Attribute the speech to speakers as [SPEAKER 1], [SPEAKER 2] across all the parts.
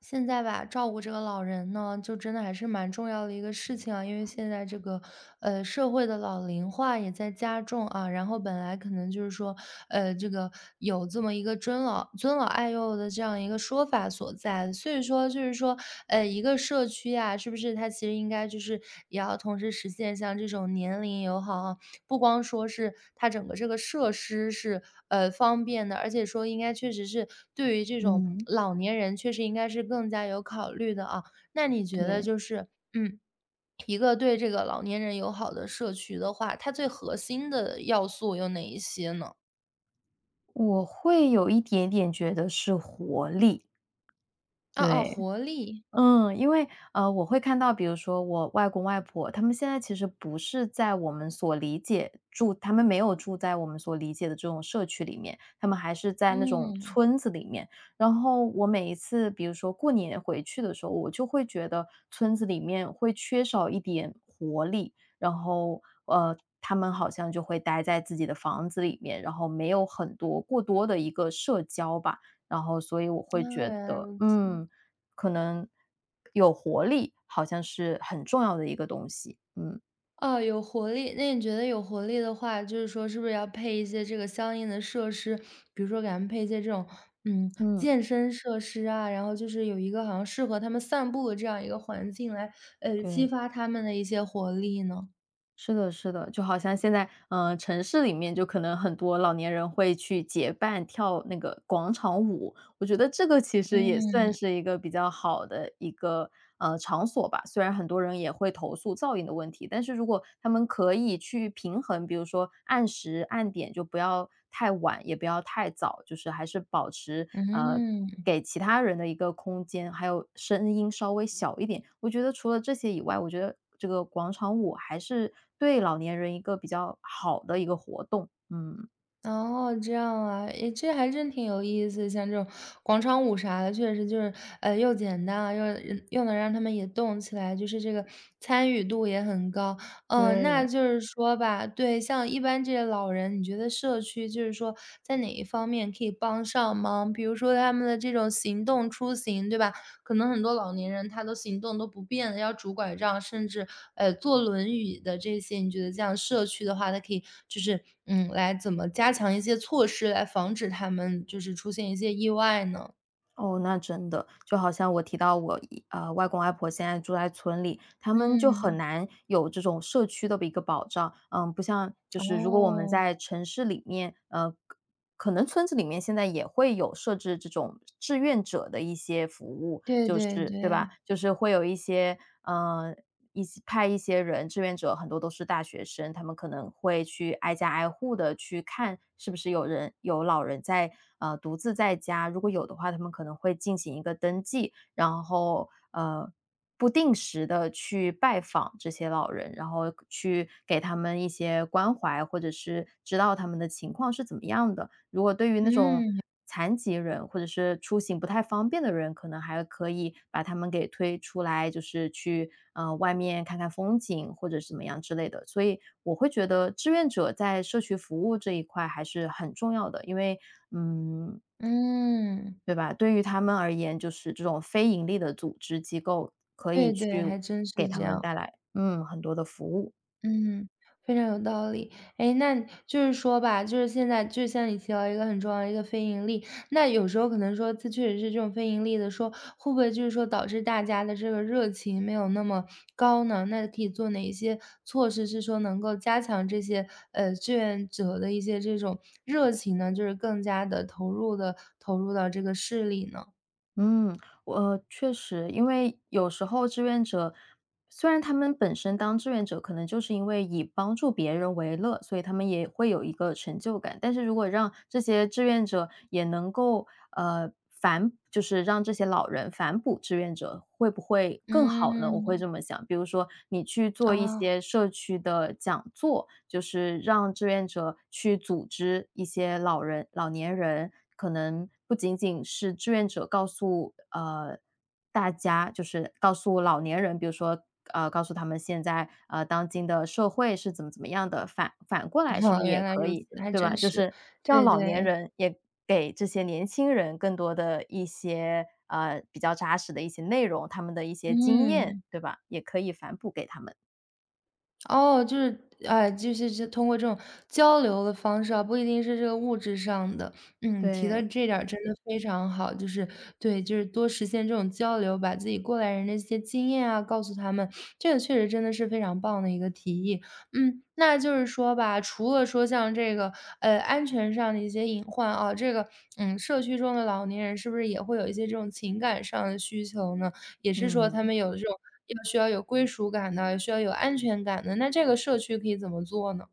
[SPEAKER 1] 现在吧，照顾这个老人呢，就真的还是蛮重要的一个事情啊。因为现在这个社会的老龄化也在加重啊，然后本来可能就是说，这个有这么一个尊老爱幼的这样一个说法所在，所以说就是说，一个社区啊，是不是它其实应该就是也要同时实现像这种年龄友好啊不光说是它整个这个设施是，方便的，而且说应该确实是对于这种
[SPEAKER 2] 嗯，
[SPEAKER 1] 老年人确实应该是更加有考虑的啊。那你觉得
[SPEAKER 2] 对，
[SPEAKER 1] 就是，一个对这个老年人友好的社区的话，它最核心的要素有哪一些呢？
[SPEAKER 2] 我会有一点点觉得是活力，
[SPEAKER 1] 啊啊，
[SPEAKER 2] 对。
[SPEAKER 1] 活力，
[SPEAKER 2] 我会看到，比如说我外公外婆，他们现在其实不是在我们所理解住他们没有住在我们所理解的这种社区里面，他们还是在那种
[SPEAKER 1] 嗯，啊，
[SPEAKER 2] 村子里面。然后我每一次，比如说过年回去的时候，我就会觉得村子里面会缺少一点活力，然后，他们好像就会待在自己的房子里面，然后没有很多过多的一个社交吧。然后所以我会
[SPEAKER 1] 原
[SPEAKER 2] 觉
[SPEAKER 1] 来
[SPEAKER 2] 得，
[SPEAKER 1] 如此。
[SPEAKER 2] 可能有活力，好像是很重要的一个东西，嗯。
[SPEAKER 1] 哦，有活力。那你觉得有活力的话，就是说是不是要配一些这个相应的设施？比如说给他们配一些这种，
[SPEAKER 2] 嗯，
[SPEAKER 1] 健身设施啊，然后就是有一个好像适合他们散步的这样一个环境来，激
[SPEAKER 2] 对，
[SPEAKER 1] 发他们的一些活力呢？
[SPEAKER 2] 是的，是的，就好像现在，嗯，城市里面就可能很多老年人会去结伴跳那个广场舞，我觉得这个其实也
[SPEAKER 1] 嗯
[SPEAKER 2] 算是一个比较好的一个，场所吧。虽然很多人也会投诉噪音的问题，但是如果他们可以去平衡，比如说按时按点，就不要太晚，也不要太早，就是还是保持，
[SPEAKER 1] 嗯。
[SPEAKER 2] 给其他人的一个空间，还有声音稍微小一点。我觉得除了这些以外，我觉得这个广场舞还是对老年人一个比较好的一个活动，嗯。
[SPEAKER 1] 哦，这样啊，诶，这还真挺有意思。像这种广场舞啥的，确实就是，又简单啊，又能让他们也动起来，就是这个参与度也很高。嗯，那
[SPEAKER 2] 对。
[SPEAKER 1] 就是说吧，对，像一般这些老人，你觉得社区就是说在哪一方面可以帮上忙？比如说他们的这种行动出行，对吧？可能很多老年人他都行动都不便了，要拄拐杖，甚至，坐轮椅的这些，你觉得这样社区的话，它可以就是，来怎么加强一些措施来防止他们就是出现一些意外呢？
[SPEAKER 2] 哦，那真的，就好像我提到我一呃，外公外婆现在住在村里，他们就很
[SPEAKER 1] 嗯，
[SPEAKER 2] 难有这种社区的一个保障。嗯，不像就是如果我们
[SPEAKER 1] 哦，
[SPEAKER 2] 在城市里面，可能村子里面现在也会有设置这种志愿者的一些服务，
[SPEAKER 1] 对
[SPEAKER 2] 就
[SPEAKER 1] 对
[SPEAKER 2] 是对吧？
[SPEAKER 1] 对，
[SPEAKER 2] 就是会有一些，呃，一起派一些人，志愿者很多都是大学生，他们可能会去挨家挨户的去看是不是有人有老人在，独自在家，如果有的话，他们可能会进行一个登记，然后不定时的去拜访这些老人，然后去给他们一些关怀，或者是知道他们的情况是怎么样的。如果对于那种
[SPEAKER 1] 嗯，
[SPEAKER 2] 残疾人或者是出行不太方便的人，可能还可以把他们给推出来，就是去外面看看风景或者是怎么样之类的。所以我会觉得志愿者在社区服务这一块还是很重要的，因为嗯，
[SPEAKER 1] 嗯，
[SPEAKER 2] 对吧？对于他们而言，就是这种非盈利的组织机构可以
[SPEAKER 1] 对对，
[SPEAKER 2] 去
[SPEAKER 1] 还真
[SPEAKER 2] 给
[SPEAKER 1] 是
[SPEAKER 2] 他
[SPEAKER 1] 这
[SPEAKER 2] 们
[SPEAKER 1] 样。
[SPEAKER 2] 带来嗯，很多的服务。
[SPEAKER 1] 嗯，非常有道理。哎，那就是说吧，就是现在就像你提到一个很重要的一个非盈利，那有时候可能说这确实是这种非盈利的说，会不会就是说导致大家的这个热情没有那么高呢？那可以做哪一些措施是说能够加强这些，志愿者的一些这种热情呢？就是更加的投入到这个事里呢？
[SPEAKER 2] 嗯，我确实，因为有时候志愿者虽然他们本身当志愿者，可能就是因为以帮助别人为乐，所以他们也会有一个成就感。但是如果让这些志愿者也能够，就是让这些老人反哺志愿者，会不会更好呢？我会
[SPEAKER 1] 嗯，
[SPEAKER 2] 这么想。比如说你去做一
[SPEAKER 1] 哦，
[SPEAKER 2] 些社区的讲座，就是让志愿者去组织一些老年人，可能不仅仅是志愿者告诉，大家就是告诉老年人，比如说，告诉他们现在，当今的社会是怎么怎么样的，反反过来是不 是
[SPEAKER 1] 原
[SPEAKER 2] 也
[SPEAKER 1] 来
[SPEAKER 2] 可
[SPEAKER 1] 如
[SPEAKER 2] 以，
[SPEAKER 1] 此，还
[SPEAKER 2] 对
[SPEAKER 1] 真
[SPEAKER 2] 吧？就
[SPEAKER 1] 是。
[SPEAKER 2] 是让
[SPEAKER 1] 对
[SPEAKER 2] 老年
[SPEAKER 1] 对，
[SPEAKER 2] 人也给这些年轻人更多的一些，比较扎实的一些内容，他们的一些经验，
[SPEAKER 1] 嗯。
[SPEAKER 2] 对吧？也可以反哺给他们。
[SPEAKER 1] 哦，就是，哎，就是这通过这种交流的方式啊，不一定是这个物质上的。嗯，提的
[SPEAKER 2] 对。
[SPEAKER 1] 这点儿真的非常好，就是对，就是多实现这种交流，把自己过来人的一些经验啊，告诉他们，这个确实真的是非常棒的一个提议。嗯，那就是说吧，除了说像这个，安全上的一些隐患啊，这个，社区中的老年人是不是也会有一些这种情感上的需求呢？也是说他们
[SPEAKER 2] 嗯。
[SPEAKER 1] 有这种要需要有归属感的，需要有安全感的，那这个社区可以怎么做呢？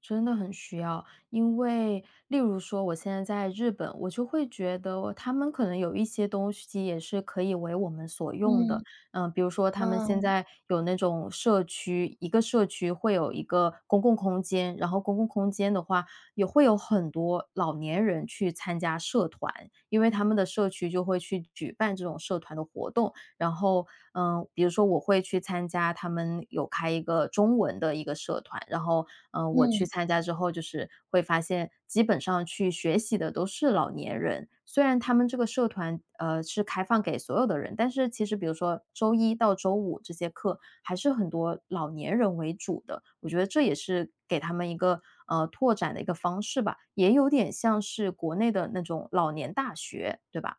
[SPEAKER 2] 真的很需要，因为例如说我现在在日本，我就会觉得他们可能有一些东西也是可以为我们所用的。
[SPEAKER 1] 嗯，
[SPEAKER 2] 嗯，比如说他们
[SPEAKER 1] 啊。
[SPEAKER 2] 现在有那种社区，一个社区会有一个公共空间，然后公共空间的话，也会有很多老年人去参加社团，因为他们的社区就会去举办这种社团的活动，然后，嗯，比如说我会去参加他们有开一个中文的一个社团，然后，嗯，我去
[SPEAKER 1] 嗯。
[SPEAKER 2] 参加之后，就是会发现基本上去学习的都是老年人。虽然他们这个社团，是开放给所有的人，但是其实比如说周一到周五这些课还是很多老年人为主的。我觉得这也是给他们一个，拓展的一个方式吧，也有点像是国内的那种老年大学，对吧？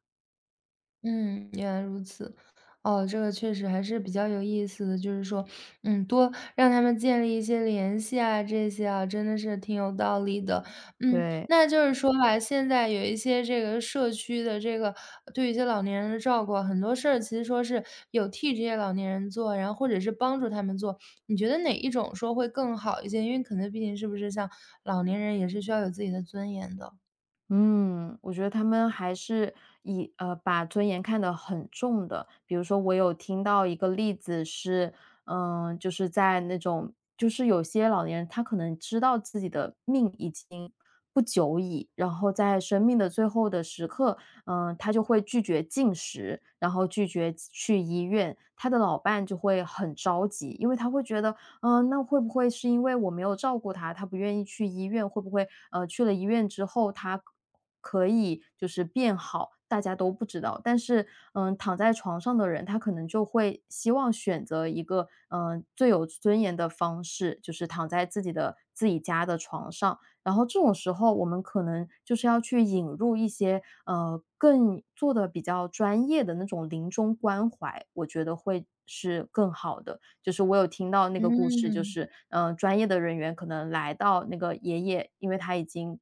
[SPEAKER 1] 嗯，原来如此。哦，这个确实还是比较有意思的，就是说，多让他们建立一些联系啊，这些啊，真的是挺有道理的。嗯，
[SPEAKER 2] 对，
[SPEAKER 1] 那就是说吧，现在有一些这个社区的这个对一些老年人的照顾啊，很多事儿其实说是有替这些老年人做，然后或者是帮助他们做。你觉得哪一种说会更好一些？因为可能毕竟是不是像老年人也是需要有自己的尊严的。
[SPEAKER 2] 嗯，我觉得他们还是把尊严看得很重的。比如说，我有听到一个例子是，嗯、就是在那种，就是有些老年人他可能知道自己的命已经不久矣，然后在生命的最后的时刻，嗯、他就会拒绝进食，然后拒绝去医院，他的老伴就会很着急，因为他会觉得嗯，那会不会是因为我没有照顾他，他不愿意去医院？会不会，去了医院之后，他可以就是变好，大家都不知道。但是，嗯，躺在床上的人，他可能就会希望选择一个，嗯、最有尊严的方式，就是躺在自己的自己家的床上。然后这种时候，我们可能就是要去引入一些，更做的比较专业的那种临终关怀，我觉得会是更好的。就是我有听到那个故事，就
[SPEAKER 1] 嗯，
[SPEAKER 2] 是，专业的人员可能来到那个爷爷，因为他已经，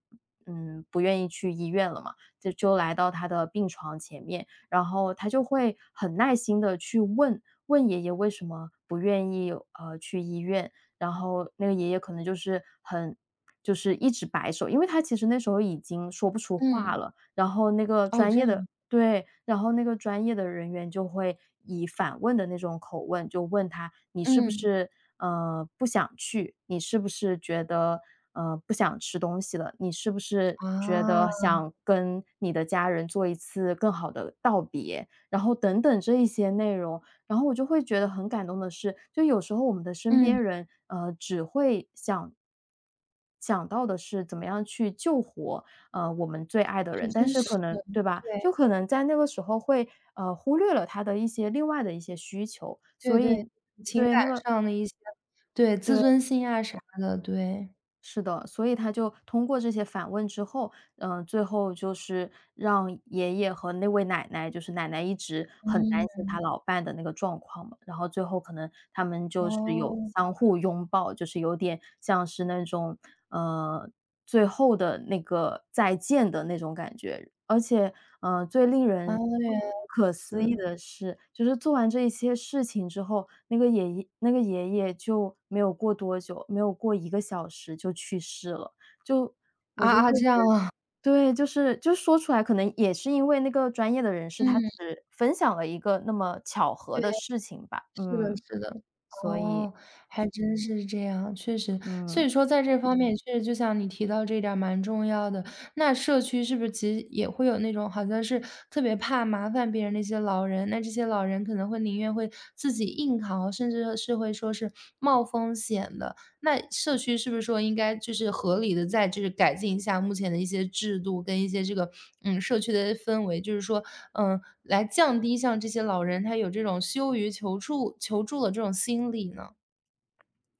[SPEAKER 2] 嗯，不愿意去医院了嘛，就来到他的病床前面，然后他就会很耐心的去问问爷爷为什么不愿意，去医院，然后那个爷爷可能就是一直摆手，因为他其实那时候已经说不出话
[SPEAKER 1] 嗯，
[SPEAKER 2] 了，然后那个
[SPEAKER 1] 哦，
[SPEAKER 2] 专
[SPEAKER 1] 这
[SPEAKER 2] 业的
[SPEAKER 1] 样，
[SPEAKER 2] 对，然后那个专业的人员就会以反问的那种口吻，就问他：“你是不
[SPEAKER 1] 嗯，
[SPEAKER 2] 是，不想去？你是不是觉得，不想吃东西了？你是不是觉得
[SPEAKER 1] 啊。
[SPEAKER 2] 想跟你的家人做一次更好的道别？”然后等等这一些内容。然后我就会觉得很感动的是，就有时候我们的身
[SPEAKER 1] 嗯，
[SPEAKER 2] 边人，只会想到的是怎么样去救活，我们最爱的
[SPEAKER 1] 还
[SPEAKER 2] 人，但
[SPEAKER 1] 真
[SPEAKER 2] 是
[SPEAKER 1] 是。
[SPEAKER 2] 可能对吧？
[SPEAKER 1] 对，
[SPEAKER 2] 就可能在那个时候会，忽略了他的一些另外的一些需求，
[SPEAKER 1] 对
[SPEAKER 2] 所
[SPEAKER 1] 对，
[SPEAKER 2] 以
[SPEAKER 1] 情
[SPEAKER 2] 对，
[SPEAKER 1] 感
[SPEAKER 2] 那个
[SPEAKER 1] 上的一些对，自
[SPEAKER 2] 对，
[SPEAKER 1] 尊心啊啥的，对。
[SPEAKER 2] 是的，所以他就通过这些反问之后，嗯，最后就是让爷爷和那位奶奶，就是奶奶一直很担
[SPEAKER 1] 嗯，
[SPEAKER 2] 心他老伴的那个状况嘛，然后最后可能他们就是有
[SPEAKER 1] 哦，
[SPEAKER 2] 相互拥抱，就是有点像是那种，呃，最后的那个再见的那种感觉。而且，最令
[SPEAKER 1] 啊，
[SPEAKER 2] 人
[SPEAKER 1] 原
[SPEAKER 2] 不
[SPEAKER 1] 来如
[SPEAKER 2] 可思议
[SPEAKER 1] 此。
[SPEAKER 2] 的是，就是做完这一些事情之后，那个爷爷就没有过多久，没有过1个小时就去世了。就
[SPEAKER 1] 啊
[SPEAKER 2] 我就会
[SPEAKER 1] 啊，这样
[SPEAKER 2] 觉
[SPEAKER 1] 啊，
[SPEAKER 2] 对，就是就说出来可能也是因为那个专业的人士，他
[SPEAKER 1] 嗯。
[SPEAKER 2] 只分享了一个那么巧合的事情吧。
[SPEAKER 1] 是的
[SPEAKER 2] 嗯，
[SPEAKER 1] 是的，
[SPEAKER 2] 所以
[SPEAKER 1] 哦，还真是这样，确实。所
[SPEAKER 2] 嗯。
[SPEAKER 1] 以说在这方面，确实就像你提到这一点儿蛮重要的。那社区是不是其实也会有那种好像是特别怕麻烦别人的一些老人，那这些老人可能会宁愿会自己硬扛，甚至是会说是冒风险的。那社区是不是说应该就是合理的在就是改进一下目前的一些制度跟一些这个，社区的氛围，就是说来降低像这些老人，他有这种羞于求助的这种心理呢？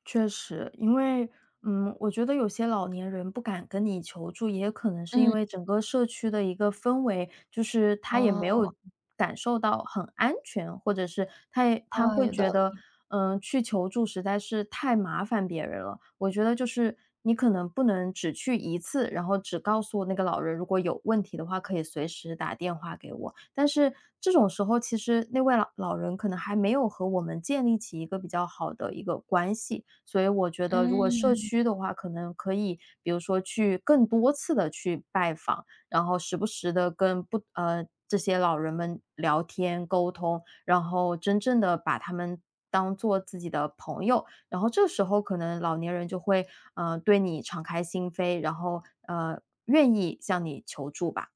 [SPEAKER 2] 确实，因为，嗯，我觉得有些老年人不敢跟你求助，也可能是因
[SPEAKER 1] 嗯。
[SPEAKER 2] 为整个社区的一个氛围，就是
[SPEAKER 1] 啊
[SPEAKER 2] 他也没有感受到很安全，或者是他
[SPEAKER 1] 啊，
[SPEAKER 2] 会
[SPEAKER 1] 有道
[SPEAKER 2] 觉得，
[SPEAKER 1] 理，
[SPEAKER 2] 去求助实在是太麻烦别人了。我觉得就是你可能不能只去一次，然后只告诉那个老人，如果有问题的话可以随时打电话给我，但是这种时候，其实那位老人可能还没有和我们建立起一个比较好的一个关系，所以我觉得如果社
[SPEAKER 1] 嗯。
[SPEAKER 2] 区的话，可能可以，比如说去更多次的去拜访，然后时不时的跟不呃，这些老人们聊天沟通，然后真正的把他们当做自己的朋友，然后这时候可能老年人就会，对你敞开心扉，然后，愿意向你求助吧，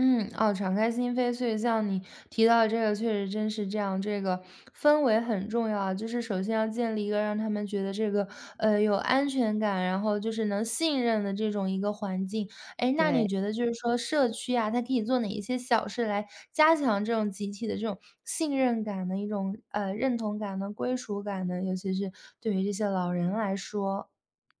[SPEAKER 1] 嗯，哦，敞开心扉，所以像你提到的这个，确实真是这样，这个氛围很重要啊。就是首先要建立一个让他们觉得这个有安全感，然后就是能信任的这种一个环境。哎，那你
[SPEAKER 2] 对。
[SPEAKER 1] 觉得就是说社区啊，它可以做哪一些小事来加强这种集体的这种信任感的一种认同感呢、归属感呢？尤其是对于这些老人来说，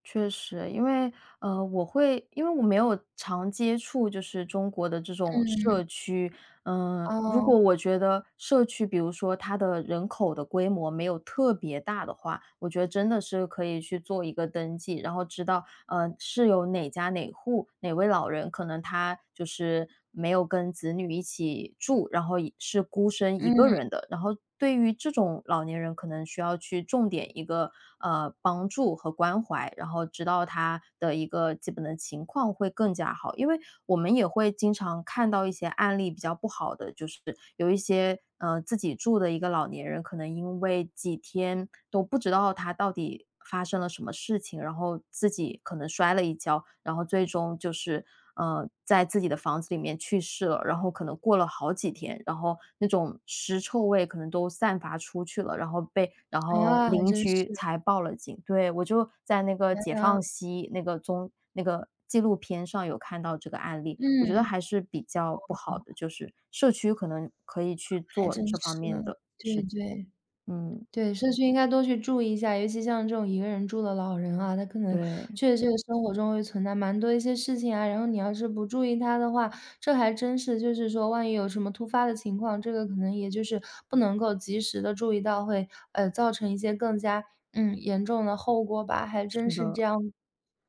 [SPEAKER 2] 确实，因为我会因为我没有常接触就是中国的这种
[SPEAKER 1] 嗯，
[SPEAKER 2] 社区，如
[SPEAKER 1] 哦，
[SPEAKER 2] 果我觉得社区，比如说它的人口的规模没有特别大的话，我觉得真的是可以去做一个登记，然后知道是有哪家哪户哪位老人，可能他就是没有跟子女一起住，然后是孤身一个
[SPEAKER 1] 嗯，
[SPEAKER 2] 人的，然后对于这种老年人，可能需要去重点一个帮助和关怀，然后知道他的一个基本的情况会更加好。因为我们也会经常看到一些案例比较不好的，就是有一些自己住的一个老年人，可能因为几天都不知道他到底发生了什么事情，然后自己可能摔了一跤，然后最终就是，在自己的房子里面去世了。然后可能过了好几天，然后那种尸臭味可能都散发出去了，然后
[SPEAKER 1] 啊，还
[SPEAKER 2] 邻
[SPEAKER 1] 真是
[SPEAKER 2] 居才报了警。对，我就在那个《解
[SPEAKER 1] 啊，
[SPEAKER 2] 放西》那个综那个纪录片上有看到这个案例，我觉得
[SPEAKER 1] 嗯。
[SPEAKER 2] 还是比较不好的，就是社区可能可以去
[SPEAKER 1] 还
[SPEAKER 2] 做
[SPEAKER 1] 真
[SPEAKER 2] 这方
[SPEAKER 1] 是，
[SPEAKER 2] 面的
[SPEAKER 1] 对
[SPEAKER 2] 事情。
[SPEAKER 1] 对，
[SPEAKER 2] 嗯，
[SPEAKER 1] 对，社区应该多去注意一下，尤其像这种一个人住的老人啊，他可能
[SPEAKER 2] 对，
[SPEAKER 1] 确实这个生活中会存在蛮多一些事情啊，然后你要是不注意他的话，这还真是就是说万一有什么突发的情况，这个可能也就是不能够及时的注意到，会，造成一些更加，严重的后果吧，还真
[SPEAKER 2] 是
[SPEAKER 1] 是这
[SPEAKER 2] 的，
[SPEAKER 1] 样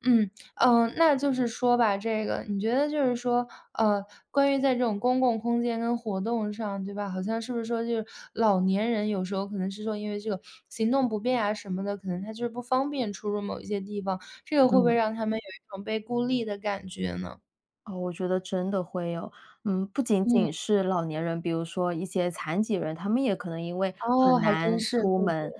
[SPEAKER 1] 嗯，嗯，那就是说吧，这个你觉得就是说，呃，关于在这种公共空间跟活动上，对吧？好像是不是说就是老年人有时候可能是说因为这个行动不便啊什么的，可能他就是不方便出入某一些地方，这个会不会
[SPEAKER 2] 嗯。
[SPEAKER 1] 让他们有一种被孤立的感觉呢？
[SPEAKER 2] 哦，我觉得真的会有。嗯，不仅
[SPEAKER 1] 嗯，
[SPEAKER 2] 仅是老年人，比如说一些残疾人，他们也可能因为
[SPEAKER 1] 哦，
[SPEAKER 2] 很
[SPEAKER 1] 还真
[SPEAKER 2] 难
[SPEAKER 1] 是，
[SPEAKER 2] 出
[SPEAKER 1] 对对，
[SPEAKER 2] 门，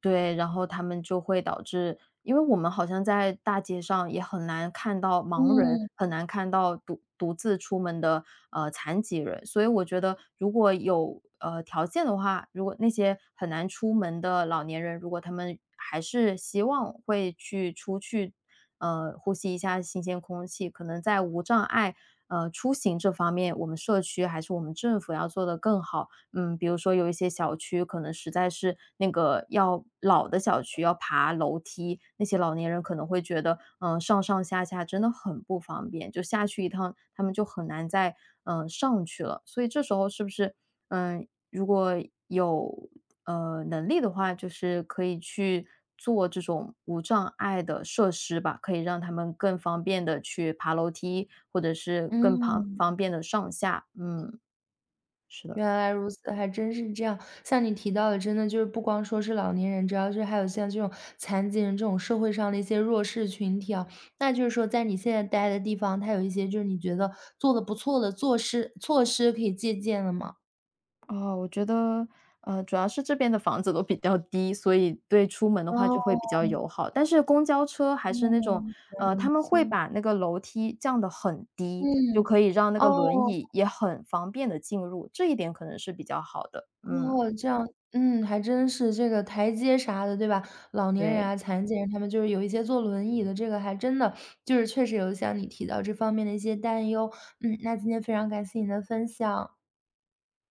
[SPEAKER 2] 对，然后他们就会导致因为我们好像在大街上也很难看到盲人，
[SPEAKER 1] 嗯，
[SPEAKER 2] 很难看到独自出门的，残疾人。所以我觉得如果有，条件的话，如果那些很难出门的老年人，如果他们还是希望会去出去呼吸一下新鲜空气。可能在无障碍，出行这方面，我们社区还是我们政府要做得更好。嗯，比如说有一些小区可能实在是那个要老的小区要爬楼梯，那些老年人可能会觉得，上上下下真的很不方便，就下去一趟，他们就很难再上去了。所以这时候是不是嗯、如果有能力的话，就是可以去做这种无障碍的设施吧，可以让他们更方便的去爬楼梯，或者是更旁
[SPEAKER 1] 嗯。
[SPEAKER 2] 方便的上下。嗯，是的。
[SPEAKER 1] 原来如此，还真是这样。像你提到的，真的就是不光说是老年人，主要是还有像这种残疾人这种社会上的一些弱势群体啊。那就是说，在你现在待的地方，它有一些就是你觉得做的不错的措施可以借鉴的吗？
[SPEAKER 2] 哦，我觉得，主要是这边的房子都比较低，所以对出门的话就会
[SPEAKER 1] 哦，
[SPEAKER 2] 比较友好。但是公交车还是那种，
[SPEAKER 1] 嗯，
[SPEAKER 2] 他们会
[SPEAKER 1] 行
[SPEAKER 2] 把那个楼梯降得很低，就
[SPEAKER 1] 嗯，
[SPEAKER 2] 可以让那个轮椅
[SPEAKER 1] 哦。
[SPEAKER 2] 也很方便的进入，这一点可能是比较好的。嗯。
[SPEAKER 1] 哦，这样，嗯，还真是这个台阶啥的，对吧？老年人
[SPEAKER 2] 对，
[SPEAKER 1] 啊、残疾人，他们就是有一些坐轮椅的，这个还真的就是确实有像你提到这方面的一些担忧。嗯，那今天非常感谢你的分享。